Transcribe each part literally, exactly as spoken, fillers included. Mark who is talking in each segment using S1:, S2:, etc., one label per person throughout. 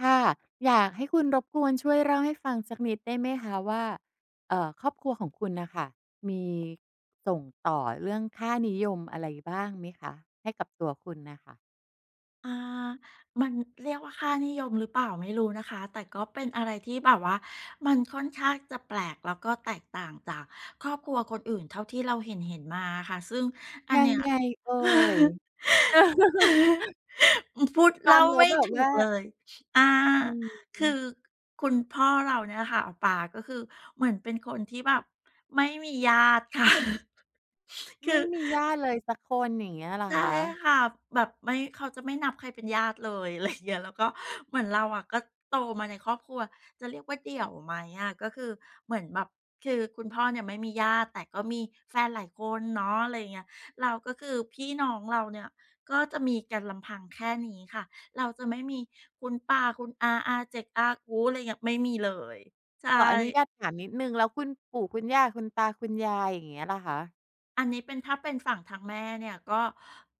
S1: ค่ะอยากให้คุณรบกวนช่วยเล่าให้ฟังสักนิดได้ไหมคะว่าเอ่อครอบครัวของคุณน่ะค่ะมีส่งต่อเรื่องค่านิยมอะไรบ้างไหมคะให้กับตัวคุณน่ะค่ะ
S2: อามันเรียกว่าค่านิยมหรือเปล่าไม่รู้นะคะแต่ก็เป็นอะไรที่แบบว่ามันค่อนข้างจะแปลกแล้วก็แตกต่างจากครอบครัวคนอื่นเท่าที่เราเห็นเห็นมาอะค่ะซึ่งอัน
S1: ยัง
S2: เนี้ย
S1: ไงเอ่ย
S2: พูด
S1: ฟั
S2: เล่า
S1: งแล้ว
S2: ไม่
S1: แบบ
S2: ถูก
S1: ว่า
S2: เลยอา
S1: อื
S2: คือ
S1: ม
S2: คุณพ่อเราเนี่ยค่ะป๋าก็คือเหมือนเป็นคนที่แบบไม่มีญาติค่ะ คื
S1: ไม่
S2: อ
S1: มีญาติเลยสักคนอย่างเงี้ยเหรอ
S2: ใช่
S1: คะ
S2: ค่ะแบบไม่เขาจะไม่นับใครเป็นญาติเลย อะไรอย่างเงี้ยแล้วก็เหมือนเราอะก็โตมาในครอบครัวจะเรียกว่าเดี่ยวไหมอะก็คือเหมือนแบบคือคุณพ่อเนี่ยไม่มีญาติแต่ก็มีแฟนหลายคนเนาะอะไรอย่างเงี้ยเราก็คือพี่น้องเราเนี่ยก็จะมีกันลำพังแค่นี้ค่ะเราจะไม่มีคุณป้าคุณอาอาเจ็กอากู๊อะไรเงี้ยไม่มีเลยใช
S1: ขออนุญาต
S2: ่
S1: ถามนิดหนึ่งแล้วคุณปู่คุณย่าคุณตาคุณยายอย่างเงี้ยเหรอคะ
S2: อันนี้เป็นถ้าเป็นฝั่งทางแม่เนี่ยก็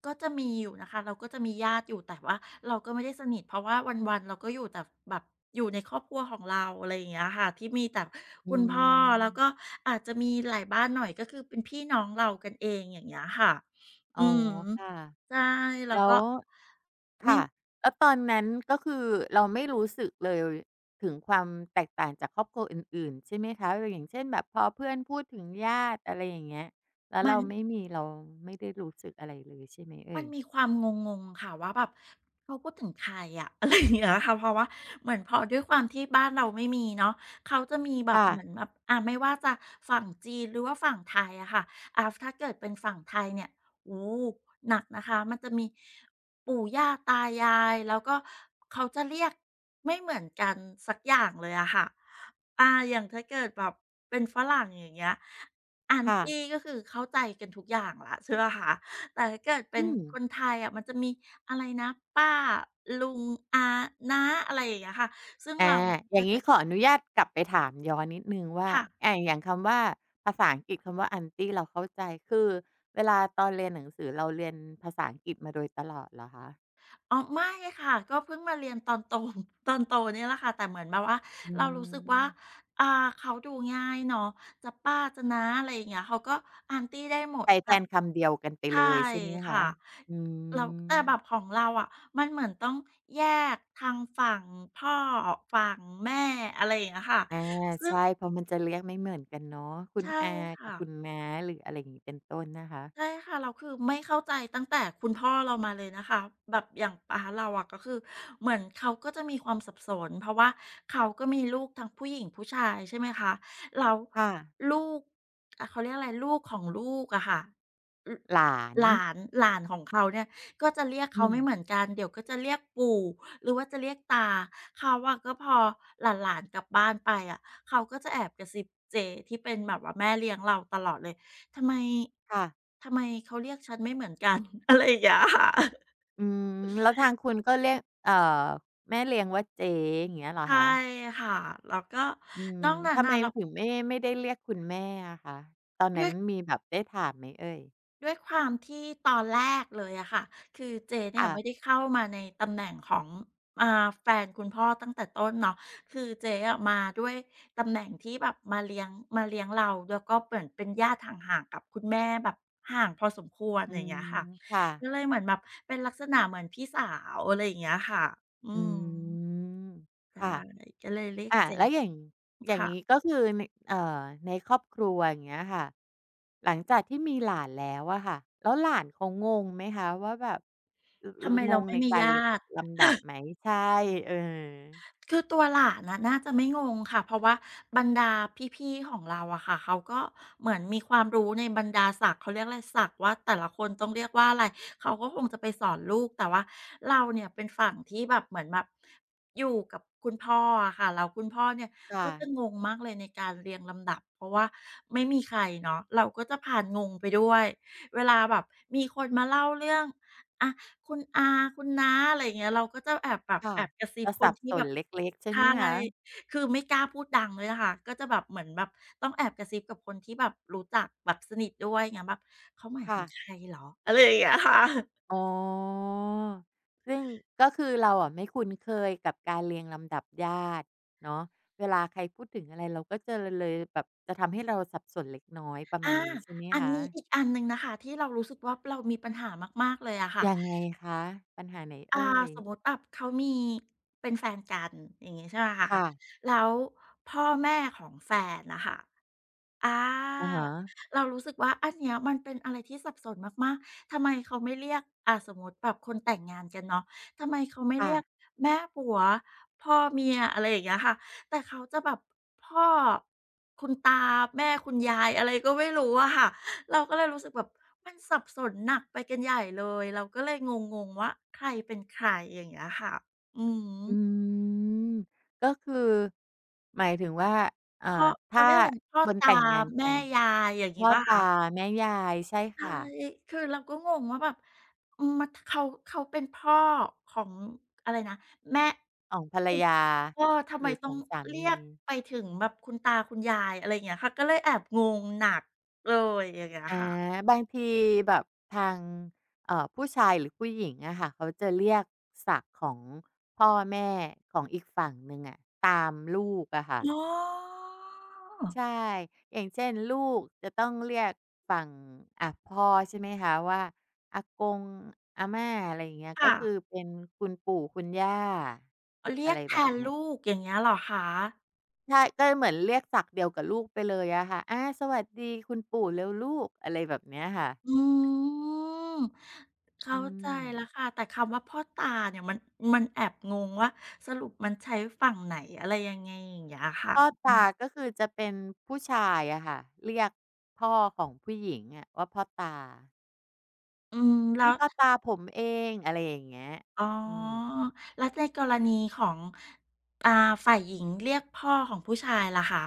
S2: ก็จะมีอยู่นะคะเราก็จะมีญาติอยู่แต่ว่าเราก็ไม่ได้สนิทเพราะว่าวันๆเราก็อยู่แต่แบบอยู่ในครอบครัวของเราอะไรอย่างเงี้ยค่ะที่มีแต่
S1: อื
S2: คุณพ่อ
S1: ม
S2: แล้วก็อาจจะมีหลายบ้านหน่อยก็คือเป็นพี่น้องเรากันเองอย่างเงี้ยค่ะ
S1: อ๋
S2: อื
S1: อ
S2: อฮึ
S1: ค่ะ
S2: ใช่แล้ว
S1: แล้
S2: ก็
S1: ว
S2: ไม่
S1: ค่ะแล้วตอนนั้นก็คือเราไม่รู้สึกเลยถึงความแตกต่างจากครอบครัวอื่นๆใช่ไหมคะอย่างเช่นแบบพอเพื่อนพูดถึงญาติอะไรอย่างเงี้ยแล้ว
S2: มั
S1: เรา
S2: น
S1: ไม่มีเราไม่ได้รู้สึกอะไรเลยใช่ไหม
S2: มั
S1: เอ่
S2: น
S1: ย
S2: มีความงงๆค่ะว่าแบบเขาพูดถึงใครอะ อะไรอย่างเงี้ยค่ะเพราะว่าเหมือนพอด้วยความที่บ้านเราไม่มีเนาะเขาจะมีแบบ
S1: ค่ะ
S2: เหมือนแบบอ่าไม่ว่าจะฝั่งจีนหรือว่าฝั่งไทยอะค่ะอ่าถ้าเกิดเป็นฝั่งไทยเนี่ยโอ้โฮหนักนะคะมันจะมีปู่ย่าตายายแล้วก็เขาจะเรียกไม่เหมือนกันสักอย่างเลยอะค่ะอ่าอย่างถ้าเกิดแบบเป็นฝรั่งอย่างเงี้ยอา
S1: ค่ะ
S2: Aunty ก็คือเข้าใจกันทุกอย่างแล้วใช่เปล่าคะ แต่ถ้าเกิดเป็
S1: อื
S2: น
S1: ม
S2: คนไทยอะมันจะมีอะไรนะป้าลุงอาน้าอะไรอย่างเงี้ยค่ะซึ่ง
S1: อา
S2: เรา
S1: อ
S2: ก็
S1: ย่าง
S2: จะ
S1: งี้ขออนุญาตกลับไปถามย้อนนิดหนึ่งว่า
S2: ค่ะ
S1: อาอย่างคำว่าภาษาอังกฤษคำว่า Aunty เราเข้าใจคือเวลาตอนเรียนหนังสือเราเรียนภาษาอังกฤษมาโดยตลอดเหรอคะ
S2: อ๋อไม่ค่ะก็เพิ่งมาเรียนตอนโต ตอนโตเนี่ยแหละค่ะแต่เหมือนแบบว่า
S1: อื
S2: เรารู้สึกว่า
S1: ม
S2: อ่าเขาดูง่ายเนาะจะป้าจะน้าอะไรอย่างเงี้ยเขาก็อาน์ตี้ได้หมด
S1: ใช้แท
S2: แต่
S1: นคำเดียวกันไป
S2: ใช่
S1: เลยใช่ไหมคะ
S2: ค่ะ
S1: อื
S2: แล้ว
S1: ม
S2: แต่แบบของเราอะมันเหมือนต้องแยกทางฝั่งพ่อฝั่งแม่อะไรอย่างเงี้ยค่ะ
S1: อา
S2: ซึ่ง
S1: ใช่ เพราะมันจะเรียกไม่เหมือนกันเนาะคุณ
S2: ใช่
S1: อากับ
S2: ค่ะ
S1: คุณน้าหรืออะไรอย่างงี้เป็นต้นนะ
S2: ใช่
S1: คะ
S2: ค่ะแล้วคือไม่เข้าใจตั้งแต่คุณพ่อเรามาเลยนะคะแบบอย่างป๊าเราอะก็คือเหมือนเขาก็จะมีความสับสนเพราะว่าเขาก็มีลูกทั้งผู้หญิงผู้ชายใช่ไหมคะแล้ว
S1: ค่ะ
S2: ลูกอะเขาเรียกอะไรลูกของลูกอะค่ะล
S1: หลาน
S2: หลานหลานของเขาเนี่ยก็จะเรียก
S1: อื
S2: เขาไม่เหมือ
S1: ม
S2: นกันเดี๋ยวก็จะเรียกปู่หรือว่าจะเรียกตาเขาอะก็พอหลานๆกลับบ้านไปอะเขาก็จะแอบกระซิบเจที่เป็นแบบว่าแม่เลี้ยงเราตลอดเลยทำไม
S1: ค่ะ
S2: อะไรอย่างเงี้ยค่ะ
S1: อืมแล้วทางคุณก็เรียกเอ่อแม่เลี้ยงว่าเจ๊อย่างเงี้ยเหรอ
S2: ใช่
S1: คะ
S2: ค่ะแล้วก็
S1: อืม
S2: นอกนั้น
S1: ทำไม
S2: น่ะเรา
S1: ถึงไม่ไม่ได้เรียกคุณแม่อะคะตอน
S2: ด้
S1: นั้
S2: ว
S1: น
S2: ย
S1: มีแบบได้ถามไหมเอ่ย
S2: ด้วยความที่ตอนแรกเลยอะค่ะคือเจเนี่ย
S1: ค่ะ
S2: ไม่ได้เข้ามาในตำแหน่งของอ่าแฟนคุณพ่อตั้งแต่ต้นเนาะคือเจ๊อะมาด้วยตำแหน่งที่แบบมาเลี้ยงมาเลี้ยงเราแล้วก็เหมือนเป็นญาติห่างๆกับคุณแม่แบบห่างพอสมควร
S1: อื
S2: อย่าง
S1: ม
S2: เงี้ยค่ะ
S1: ค่ะ
S2: ก็เลยเหมือนแบบเป็นลักษณะเหมือนพี่สาวอะไรอย่างเงี้ยค่ะอื
S1: อื
S2: ม
S1: ม
S2: ใช่
S1: ค่ะ
S2: ก็เลยเรียก
S1: อ่ะ
S2: เจ๊
S1: แล้วอย่างอย่าง
S2: ค่ะ
S1: งี้ก็คือในเอ่อในครอบครัวอย่างเงี้ยค่ะหลังจากที่มีหลานแล้วอะค่ะแล้วหลานเขางงไหมคะว่าแบบล
S2: ทำ
S1: ล
S2: ไม
S1: ง
S2: เรา
S1: ง
S2: ไม่
S1: ใน
S2: มี
S1: การล
S2: ญาติ
S1: ลำดับไหมใช่เออ
S2: คือตัวหลานน่ะน่าจะไม่งงค่ะ เพราะว่าบรรดาพี่ๆของเราอะค่ะ เขาก็เหมือนมีความรู้ในบรรดาศักดิ์เขาเรียกอะไรศักดิ์ว่าแต่ละคนต้องเรียกว่าอะไร เขาก็คงจะไปสอนลูก แต่ว่าเราเนี่ยเป็นฝั่งที่แบบเหมือนแบบอยู่กับคุณพ่ออะค่ะแล้วคุณพ่อเนี่ยก็
S1: ค่ะ
S2: จะงงมากเลยในการเรียงลำดับเพราะว่าไม่มีใครเนาะเราก็จะผ่านงงไปด้วยเวลาแบบมีคนมาเล่าเรื่องอะ คุณอาคุณน้าอะไรอย่างเงี้ยเราก็จะแอบแบบแอ
S1: ค่ะ
S2: บกระซิบ
S1: จะ
S2: คน
S1: สับ
S2: ที่
S1: ส
S2: แบ
S1: น
S2: บ
S1: เล็กๆใช่
S2: ใช่
S1: ไหมคะ
S2: คือไม่กล้าพูดดังด้วยอะค่ะก็จะแบบเหมือนแบบต้องแอบกระซิบกับคนที่แบบรู้จักแบบสนิทด้วยอย่างเงี้ยแบบเขาหมายถึ
S1: ค่ะ
S2: งใครเหรออะไรอย่างเงี้ยค่ะ
S1: อ๋อซึ่งก็คือเราอะไม่คุ้นเคยกับการเรียงลำดับญาติเนาะเวลาใครพูดถึงอะไรเราก็จะเลยแบบจะทำให้เราสับสนเล็กน้อยประ
S2: อา
S1: มาณนี้ใช่ไหม
S2: อัน
S1: คะ
S2: นี้อีกอันหนึ่งนะคะที่เรารู้สึกว่าเรามีปัญหามากๆเลยอะค่ะ
S1: ยังไงคะปัญหาไหน
S2: อ่า
S1: เอ่ย
S2: สมมุติแบบเขามีเป็นแฟนกันอย่างงี้ใช่ไหมคะ
S1: ค่ะ
S2: แล้วพ่อแม่ของแฟนน่ะค่ะ อา
S1: อะฮะ
S2: เรารู้สึกว่าอันเนี้ยมันเป็นอะไรที่สับสนมากๆทำไมเขาไม่เรียกอ่าสมมุติแบบคนแต่งงานกันเนาะทำไมเขาไม่
S1: ค่ะ
S2: เรียกแม่ผัวพ่อเมียอะไรอย่างเงี้ยค่ะแต่เขาจะแบบพ่อคุณตาแม่คุณยายอะไรก็ไม่รู้อะค่ะเราก็เลยรู้สึกแบบมันสับสนหนักไปกันใหญ่เลย เราก็เลยงงๆว่าใครเป็นใครอย่างเงี้ยค่ะอือ
S1: อื
S2: ฮึ
S1: มก็คือหมายถึงว่าอ่า
S2: พ่อเขา
S1: ถ้า
S2: เรียกอะไรพ่อ
S1: คน
S2: ตา
S1: แต่งงานกั
S2: แม่
S1: น
S2: ยายอย่างงี้
S1: พ่อ
S2: เปล่า
S1: ตา
S2: คะ
S1: แม่ยายใช่
S2: ใช่
S1: ค่ะ
S2: คือเราก็งงว่าแบบอืมมาเขาเขาเป็นพ่อของอะไรนะแม่
S1: ของภรร
S2: คุณ
S1: ยา
S2: เออทำ
S1: ห
S2: ไม
S1: รือข
S2: ต้อ
S1: อ
S2: ง
S1: งสา
S2: เรีย
S1: มี
S2: กไปถึงแบบคุณตาคุณยายอะไรอย่างเงี้ยค่ะก็เลยแอบงงหนักเลยอย่างเงี้ย
S1: อา
S2: ค่ะ
S1: บางทีแบบทางเอ่อผู้ชายหรือผู้หญิงอะค่ะเขาจะเรียกศักดิ์ของพ่อแม่ของอีกฝั่งหนึ่งอะตามลูกอะค่ะ
S2: อ๋อ
S1: ใช่อย่างเช่นลูกจะต้องเรียกฝั่งอ่าพ่อใช่ไหมคะว่าอากงอาม่าอะไรอย่างเงี้ยก็
S2: ค่ะ
S1: คือเป็นคุณปู่คุณย่า
S2: อ๋อเรี
S1: อะ
S2: ยก
S1: ไร
S2: แท
S1: แบบ
S2: น
S1: เนี้ย
S2: ลูกอย่างเงี้ยเหรอคะ
S1: ใช่ก็เหมือนเรียกศัพท์เดียวกับลูกไปเลยอะค่ะอาสวัสดีคุณปู่เร็วลูกอะไรแบบเนี้ยค่ะ
S2: อืม
S1: อื
S2: เข้าใจแล้ว
S1: ม
S2: ค่ะแต่คำว่าพ่อตาเนี่ยมันมันแอบงงว่าสรุปมันใช้ฝั่งไหนอะไรยังไงอย่างเงี้ยค่ะ
S1: พ่อตาก็คือจะเป็นผู้ชายอะค่ะเรียกพ่อของผู้หญิงอะว่าพ่อตา
S2: อืมแล้
S1: นี่
S2: ว
S1: พ่อตาผมเองอะไรอย่างเงี้ย
S2: อ๋อ
S1: อืม
S2: แล้วในกรณีของอ่าฝ่ายหญิงเรียกพ่อของผู้ชายล่ะคะ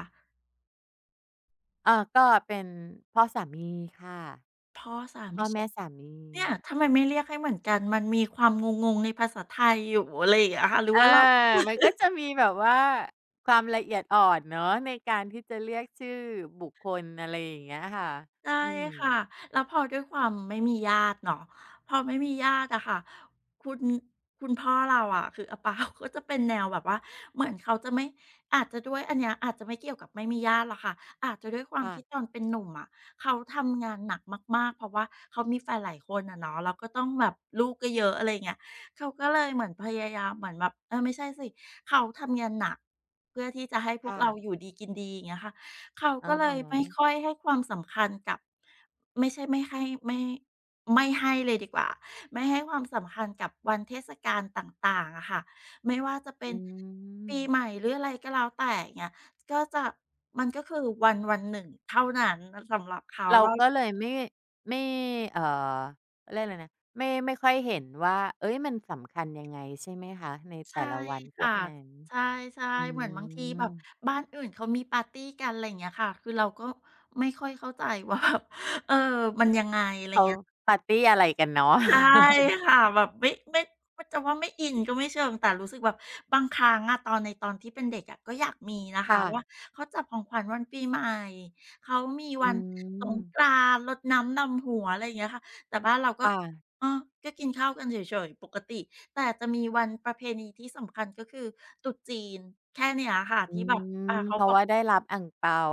S1: เออก็เป็นพ่อสามีค่ะ
S2: พ่อสา
S1: พ่
S2: มี
S1: อแม่สามี
S2: เนี่ยทำไมไม่เรียกให้เหมือนกันมันมีความงงๆในภาษาไทยอยู่อะไรอย่างเงี้ยค่ะหรือ
S1: อา
S2: ว่าเรา
S1: มันก็จะมีแบบว่าความละเอียดอ่อนเนาะในการที่จะเรียกชื่อบุคคลอะไรอย่างเงี้ยค่ะ
S2: ใช่
S1: อืม
S2: ค่ะแล้วพอด้วยความไม่มีญาติเนาะพอไม่มีญาติอะค่ะคุณคุณพ่อเราอะคือ อาเปาก็จะเป็นแนวแบบว่าเหมือนเขาจะไม่อาจจะด้วยอันเนี้ยอาจจะไม่เกี่ยวกับไม่มีญาติหรอกค่ะอาจจะด้วยความ
S1: ค่
S2: ที่ตอนเป็นหนุ่มอะเขาทำงานหนักมากๆเพราะว่าเขามีแฟนหลายคนอะเนาะแล้วก็ต้องแบบลูกก็เยอะอะไรอย่างเงี้ยเขาก็เลยเหมือนพยายามเหมือนแบบเออไม่ใช่สิเขาทำงานหนักเพื่อที่จะให้พว
S1: ะ
S2: กเรา
S1: ๆ
S2: อยู่ดีกินดีอย่างเงี้ยค่ะ เขา
S1: อะ
S2: ก็เล
S1: ฮะ
S2: ยไม่ค่อยให้ความสำคัญกับไม่ใช่ไม่ให้ไม่ไม่ให้เลยดีกว่าไม่ให้ความสำคัญกับวันเทศกาลต่างๆอะค่ะไม่ว่าจะเป็น
S1: อืม
S2: ปีใหม่หรืออะไรก็แล้วแต่เงี้ยก็จะมันก็คือวันวันหนึ่งเท่านั้นสำหรับเขา
S1: เรา
S2: เรา
S1: ก็เลยไม่ไม่เอ่อเขาเรียกอะไรนะไม่ไม่ค่อยเห็นว่าเอ๊ยมันสำคัญยังไงใช่ไหมคะใน
S2: ใช่
S1: แต่ละวันพว
S2: ค่ะ
S1: กนั้น
S2: ใช่
S1: อื
S2: ๆเหมือนบางที
S1: ม
S2: แบบบ้านอื่นเขามีปาร์ตีกันอะไรอย่างเงี้ยค่ะคือเราก็ไม่ค่อยเข้าใจว่าแบบเออมันยังไงอะไร
S1: เขา
S2: เงี้ย
S1: ปาร์ตีอะไรกันเนาะ
S2: ใช่ค่ะแบบไม่ไม่จะว่าไม่อินก็ไม่เชิงแต่รู้สึกแบบบางครั้งอะตอนในตอนที่เป็นเด็กอะก็อยากมีนะคะ
S1: ค่ะ
S2: ว่าเขาจัดของขวัญวันปีใหม่เขามีวั
S1: อื
S2: นสง
S1: ม
S2: กรานต์รดน้ำดำหัวอะไรอย่างเงี้ยค่ะแต่บ้านเราก็
S1: ค่ะ
S2: เออก็กินข้าวกันเฉยๆปกติแต่จะมีวันประเพณีที่สำคัญก็คือตรุษจีนแค่เนี้ยค่ะ
S1: อื
S2: ที่แบบ
S1: ม
S2: อ่าเขา
S1: เพ
S2: บ
S1: ราะ
S2: อก
S1: ว่าได้รับอั่งเปา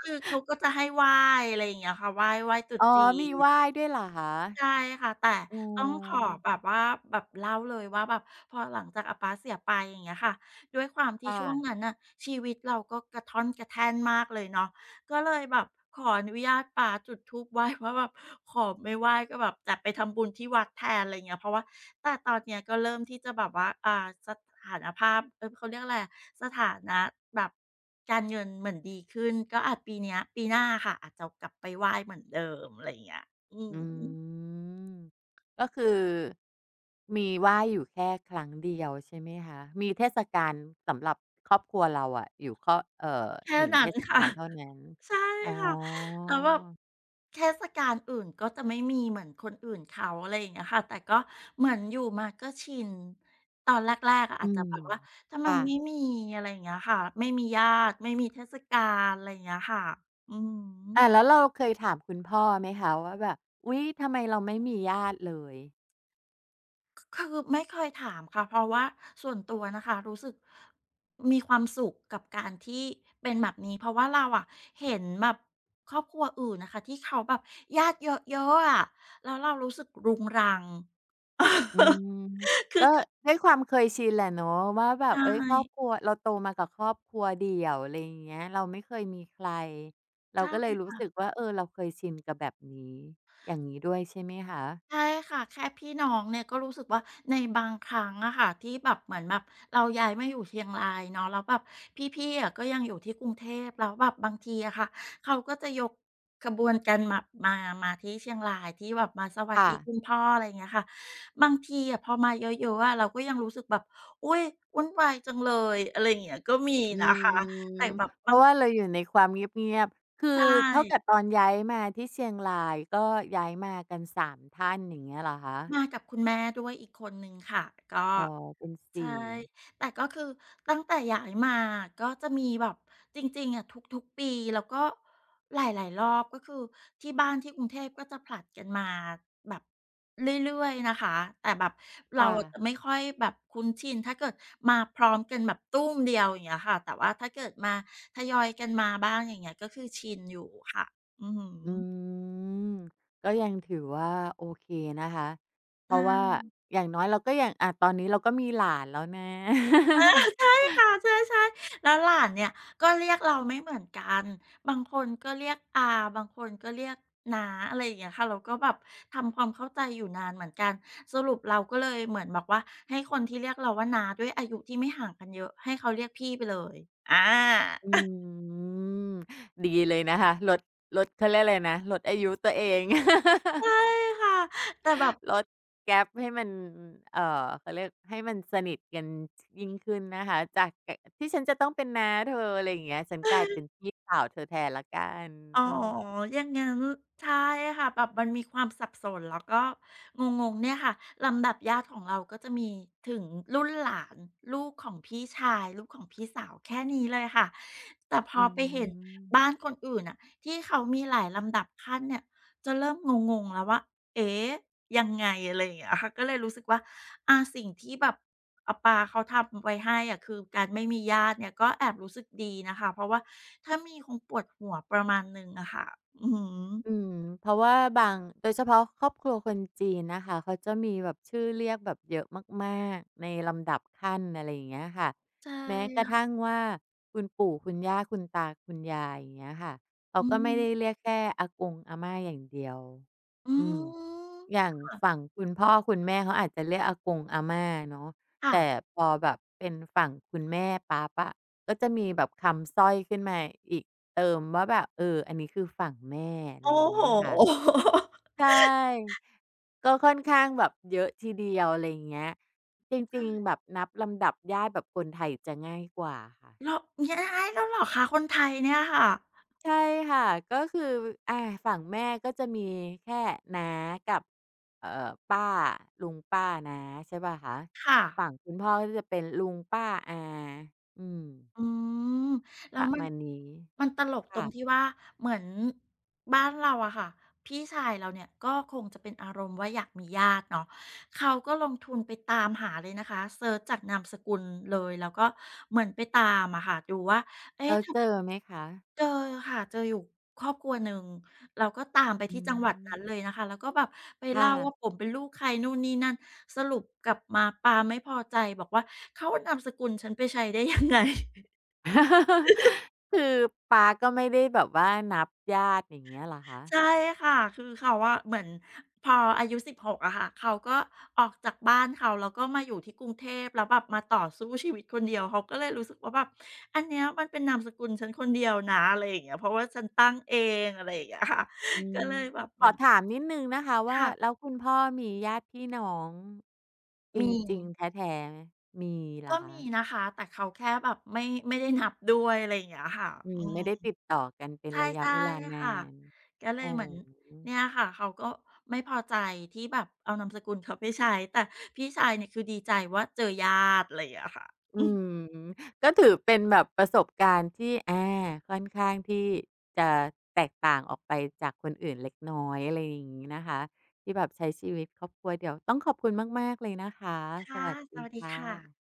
S2: คือเขาก็จะให้ไหว้อะไรอย่างเงี้ยค่ะไหว้ไหว้ตรุษ
S1: อ๋อ
S2: จี
S1: มี
S2: น
S1: ไหว้ด้วยเหรอคะ
S2: ใช่ค่ะแต่
S1: อ๋
S2: ต้องขอ
S1: อ
S2: แบบว่าแบบเล่าเลยว่าแบบพอหลังจากอาป๊าเสียไปอย่างเงี้ยค่ะด้วยความที่ช่วง
S1: ค่ะ
S2: นั้นน่ะชีวิตเราก็กระท่อนกระแท่นมากเลยเนาะก็เลยแบบขออนุญาตป๊าจุดธูปไหว้ว่าแบบขอไม่ไหว้ก็แบบจะไปทำบุญที่วัดแทนอะไรอย่างเงี้ยเพราะว่าแต่ตอนเนี้ยก็เริ่มที่จะแบบว่าอ่าสถานภาพเออเขาเรียกอะไรอะสถานะแบบการเงินเหมือนดีขึ้นก็อาจปีเนี้ยปีหน้าค่ะอาจจะกลับไปไหว้เหมือนเดิมอะไรอย่างเงี้ยอืม
S1: อืมก็คือมีไหว้อยู่แค่ครั้งเดียวใช่ไหมคะมีเทศกาลสำหรับครอบครัวเราอะอยู่ข้อเอ่อ
S2: แค่
S1: หนึ่งเท
S2: นั้น
S1: ศ
S2: ค่ะ
S1: กาล เท่านั้น
S2: ใช่
S1: อ๋อ
S2: ค่ะแล้วแบบเทศกาลอื่นก็จะไม่มีเหมือนคนอื่นเขาอะไรอย่างเงี้ยค่ะแต่ก็เหมือนอยู่มาก็ชินตอนแรกๆอะ
S1: อื
S2: อาจจะ
S1: ม
S2: แบบว่าทำไมไม่
S1: ค่ะ
S2: มีอะไรอย่างเงี้ยค่ะไม่มีญาติไม่มีเทศกาลอะไรอย่างเงี้ยค่ะอือฮ
S1: อ่ะแล้
S2: ึ
S1: วเราเคยถามคุณพ่อไหมคะว่าแบบอุ๊ยทำไมเราไม่มีญาติเลย
S2: คือไม่เคยถามค่ะเพราะว่าส่วนตัวนะคะรู้สึกมีความสุขกับการที่เป็นแบบนี้เพราะว่าเราอะเห็นแบบครอบครัวอื่นนะคะที่เขาแบบญาติเยอะๆอะแล้วเรารู้สึกรุงรัง
S1: อืม
S2: คือ
S1: ก็ด้วยความเคยชินแหละเนาะว่าแบบ
S2: ใช่
S1: เอ้ยครอบครัวเราโตมากับครอบครัวเดี่ยวอะไรอย่างเงี้ยเราไม่เคยมีใครเรา
S2: ใช
S1: ก็เลยรู้
S2: ่
S1: สึกว่าเออเราเคยชินกับแบบนี้อย่างนี้ด้วยใช่ไหมคะ
S2: ใช่ค่ะแค่พี่น้องเนี่ยก็รู้สึกว่าในบางครั้งอะค่ะที่แบบเหมือนแบบเราย้ายมาอยู่เชียงรายเนาะแล้วแบบพี่ๆอะก็ยังอยู่ที่กรุงเทพแล้วแบบบางทีอะค่ะเขาก็จะยกขบวนกันมามามาที่เชียงรายที่แบบมาสวัส
S1: ค่ะ
S2: ดีคุณพ่ออะไรอย่างเงี้ยค่ะบางทีอะพอมาเยอะๆอะเราก็ยังรู้สึกแบบอุ้ยวุ่นวายจังเลยอะไรอย่างเงี้ยก็มี
S1: อื
S2: นะคะ
S1: มเพราะว่าเราอยู่ในความเงียบๆคือ
S2: ใช่
S1: เท่ากับตอนย้ายมาที่เชียงรายก็ย้ายมากันสามท่านอย่างเงี้ยเหรอคะ
S2: มากับคุณแม่ด้วยอีกคนหนึ่งค่ะก็
S1: อ๋อเป็นสี่
S2: ใช่แต่ก็คือตั้งแต่ย้ายมาก็จะมีแบบจริงๆอะทุกๆปีแล้วก็หลายๆรอบก็คือที่บ้านที่กรุงเทพก็จะผลัดกันมาแบบเรื่อยๆนะคะแต่แบบเรา
S1: ค่ะ
S2: อะจะไม่ค่อยแบบคุ้นชินถ้าเกิดมาพร้อมกันแบบตู้มเดียวอย่างเงี้ยค่ะแต่ว่าถ้าเกิดมาทยอยกันมาบ้างอย่างเงี้ยก็คือชินอยู่ค่ะอือฮ
S1: อื
S2: ึ
S1: มก็ยังถือว่าโอเคนะคะ เพ
S2: ใช
S1: ราะว่า
S2: ่
S1: อย่างน้อยเราก็ยังอ่าตอนนี้เราก็มีหลานแล้วนะ
S2: ใช ่ค่ะใช่ใช่แล้วหลานเนี่ยก็เรียกเราไม่เหมือนกันบางคนก็เรียกอาบางคนก็เรียกน้าอะไรอย่างเงี้ยค่ะเราก็แบบทำความเข้าใจอยู่นานเหมือนกันสรุปเราก็เลยเหมือนบอกว่าให้คนที่เรียกเราว่าน้าด้วยอายุที่ไม่ห่างกันเยอะให้เขาเรียกพี่ไปเลยอา
S1: อืมดีเลยนะคะลดลดเขาเรียกอะไรนะลดอายุตัวเอง
S2: ใช่ค่ะแต่แบบ
S1: ลดแก๊ปให้มันเอ่อเขาเรียกให้มันสนิทกันยิ่งขึ้นนะคะจากที่ฉันจะต้องเป็นน้าเธออะไรอย่างเงี้ยฉันกลายเป็นพี่สาวเธอแทนละกัน
S2: อ๋อ
S1: อ้อ
S2: อย่างงั้นใช่ค่ะแบบมันมีความสับสนแล้วก็งงๆเนี่ยค่ะลำดับญาติของเราก็จะมีถึงรุ่นหลานลูกของพี่ชายลูกของพี่สาวแค่นี้เลยค่ะแต่พอ
S1: อื
S2: ไปเห็น
S1: ม
S2: บ้านคนอื่นน่ะที่เขามีหลายลำดับขั้นเนี่ยจะเริ่มงงๆแล้วว่า เอ๊ะยังไงอะไรอย่างเงี้ยค่ะก็เลยรู้สึกว่าอ่าสิ่งที่แบบอาป๊าเขาทำไว้ให้อะคือการไม่มีญาติเนี่ยก็แอบรู้สึกดีนะคะเพราะว่าถ้ามีคงปวดหัวประมาณหนึ่งอะค่ะอือฮึ
S1: อืมเพราะว่าบางโดยเฉพาะครอบครัวคนจีนนะคะเขาจะมีแบบชื่อเรียกแบบเยอะมากๆในลำดับขั้นอะไรอย่างเงี้ยค่ะ
S2: ใช่
S1: แม้กระทั่ง
S2: ค่ะ
S1: ว่าคุณปู่คุณย่าคุณตาคุณยายอย่างเงี้ยค่ะเขา
S2: อื
S1: ก็ไม่ได้
S2: ม
S1: เรียกแค่อากงอาม่าอย่างเดียว
S2: อื
S1: อืมอ
S2: ม
S1: ย่างฝั่งคุณพ่อคุณแม่เขาอาจจะเรียกอากงอาม่าเนาะ
S2: ค่ะ
S1: แต่พอแบบเป็นฝั่งคุณแม่ปั๊บอะก็จะมีแบบคำสร้อยขึ้นมาอีก เติมว่าแบบเอออันนี้คือฝั่งแม่อะ
S2: โอ้
S1: ไรอย่าง
S2: โ
S1: เงี้ยค่ะ
S2: ฮ
S1: ใช่ก็ค่อนข้างแบบเยอะทีเดียวอะไรอย่างเงี้ยจริงๆแบบนับลำดับญาติแบบคนไทยจะง่ายกว่าค่ะ
S2: แล้ว เนี่ยให้แล้วเหรอคะคนไทยเนี่ยค่ะ
S1: ใช่ค่ะก็คืออาฝั่งแม่ก็จะมีแค่น้ากับเอ่อป้าลุงป้าน้าใช่เปล่าคะ
S2: ค่ะ
S1: ฝั่งคุณพ่อก็จะเป็นลุงป้าอาอืม
S2: อืมแล้
S1: ป
S2: ว
S1: ระ
S2: มัน
S1: มาณนี้
S2: มันตลกตรงที่
S1: ค่ะ
S2: ว่าเหมือนบ้านเราอะค่ะพี่ชายเราเนี่ยก็คงจะเป็นอารมณ์ว่าอยากมีญาติเนาะเขาก็ลงทุนไปตามหาเลยนะคะเซิร์ชจากนามสกุลเลยแล้วก็เหมือนไปตามอะค่ะดูว่าเอ๊ะ
S1: แล้วเจอ
S2: ทำ
S1: ไหมคะ
S2: เจอค่ะเจออยู่ครอบครัวหนึ่งเราก็ตามไป
S1: อื
S2: ที่จังหวัดนั้นเล
S1: ม
S2: ยนะคะแล้วก็แบบไป
S1: ค่ะ
S2: เล่าว่าผมเป็นลูกใครนู่นนี่นั่นสรุปกลับมาปาไม่พอใจบอกว่าเขาเอานามสกุลฉันไปใช้ได้ยังไง
S1: คือปาก็ไม่ได้แบบว่านับญาติอย่างเงี้ยเหรอคะ
S2: ใช่ค่ะคือเขาว่าเหมือนพออายุสิบหกอะค่ะเขาก็ออกจากบ้านเขาแล้วก็มาอยู่ที่กรุงเทพแล้วแบบมาต่อสู้ชีวิตคนเดียวเขาก็เลยรู้สึกว่าแบบอันเนี้ยมันเป็นนามสกุลฉันคนเดียวนะอะไรอย่างเงี้ยเพราะว่าฉันตั้งเองอะไรอย่างเงี้ยค่ะ
S1: อื
S2: ก็
S1: ม
S2: เลยแบบ
S1: ข
S2: เหมื
S1: อ
S2: อน
S1: ถามนิดนึงนะคะว่า
S2: ค่ะ
S1: แล้วคุณพ่อมีญาติพี่น้องจ
S2: มี
S1: ริงๆแท้ๆไหมมีเหร
S2: ก็
S1: อ
S2: มี
S1: คะ
S2: นะคะแต่เขาแค่แบบไม่ไม่ได้นับด้วยอะไรอย่างเงี้ยค่ะ
S1: อื
S2: อื
S1: ม
S2: ม
S1: ไม่ได้ติดต่อกันเป็น
S2: ใช่
S1: ระยะ
S2: ใช่
S1: เวลานา
S2: ค่ะ
S1: น
S2: ก็เล
S1: โอ้
S2: ยเหมือน
S1: โ
S2: เนี่ยค่ะเขาก็ไม่พอใจที่แบบเอานามสกุลเขาไปใช้แต่พี่ชายเนี่ยคือดีใจว่าเจอญาติอะไรอย่างเงี้ยค่ะ
S1: อืมก็ถือเป็นแบบประสบการณ์ที่อาค่อนข้างที่จะแตกต่างออกไปจากคนอื่นเล็กน้อยอะไรอย่างงี้นะคะที่แบบใช้ชีวิตครอบครัวเดี่ยวต้องขอบคุณมากๆเลยนะคะส
S2: ค่ะ
S1: วัส
S2: ส
S1: ดี
S2: วัสดี
S1: ค่
S2: ค่ะ
S1: ะ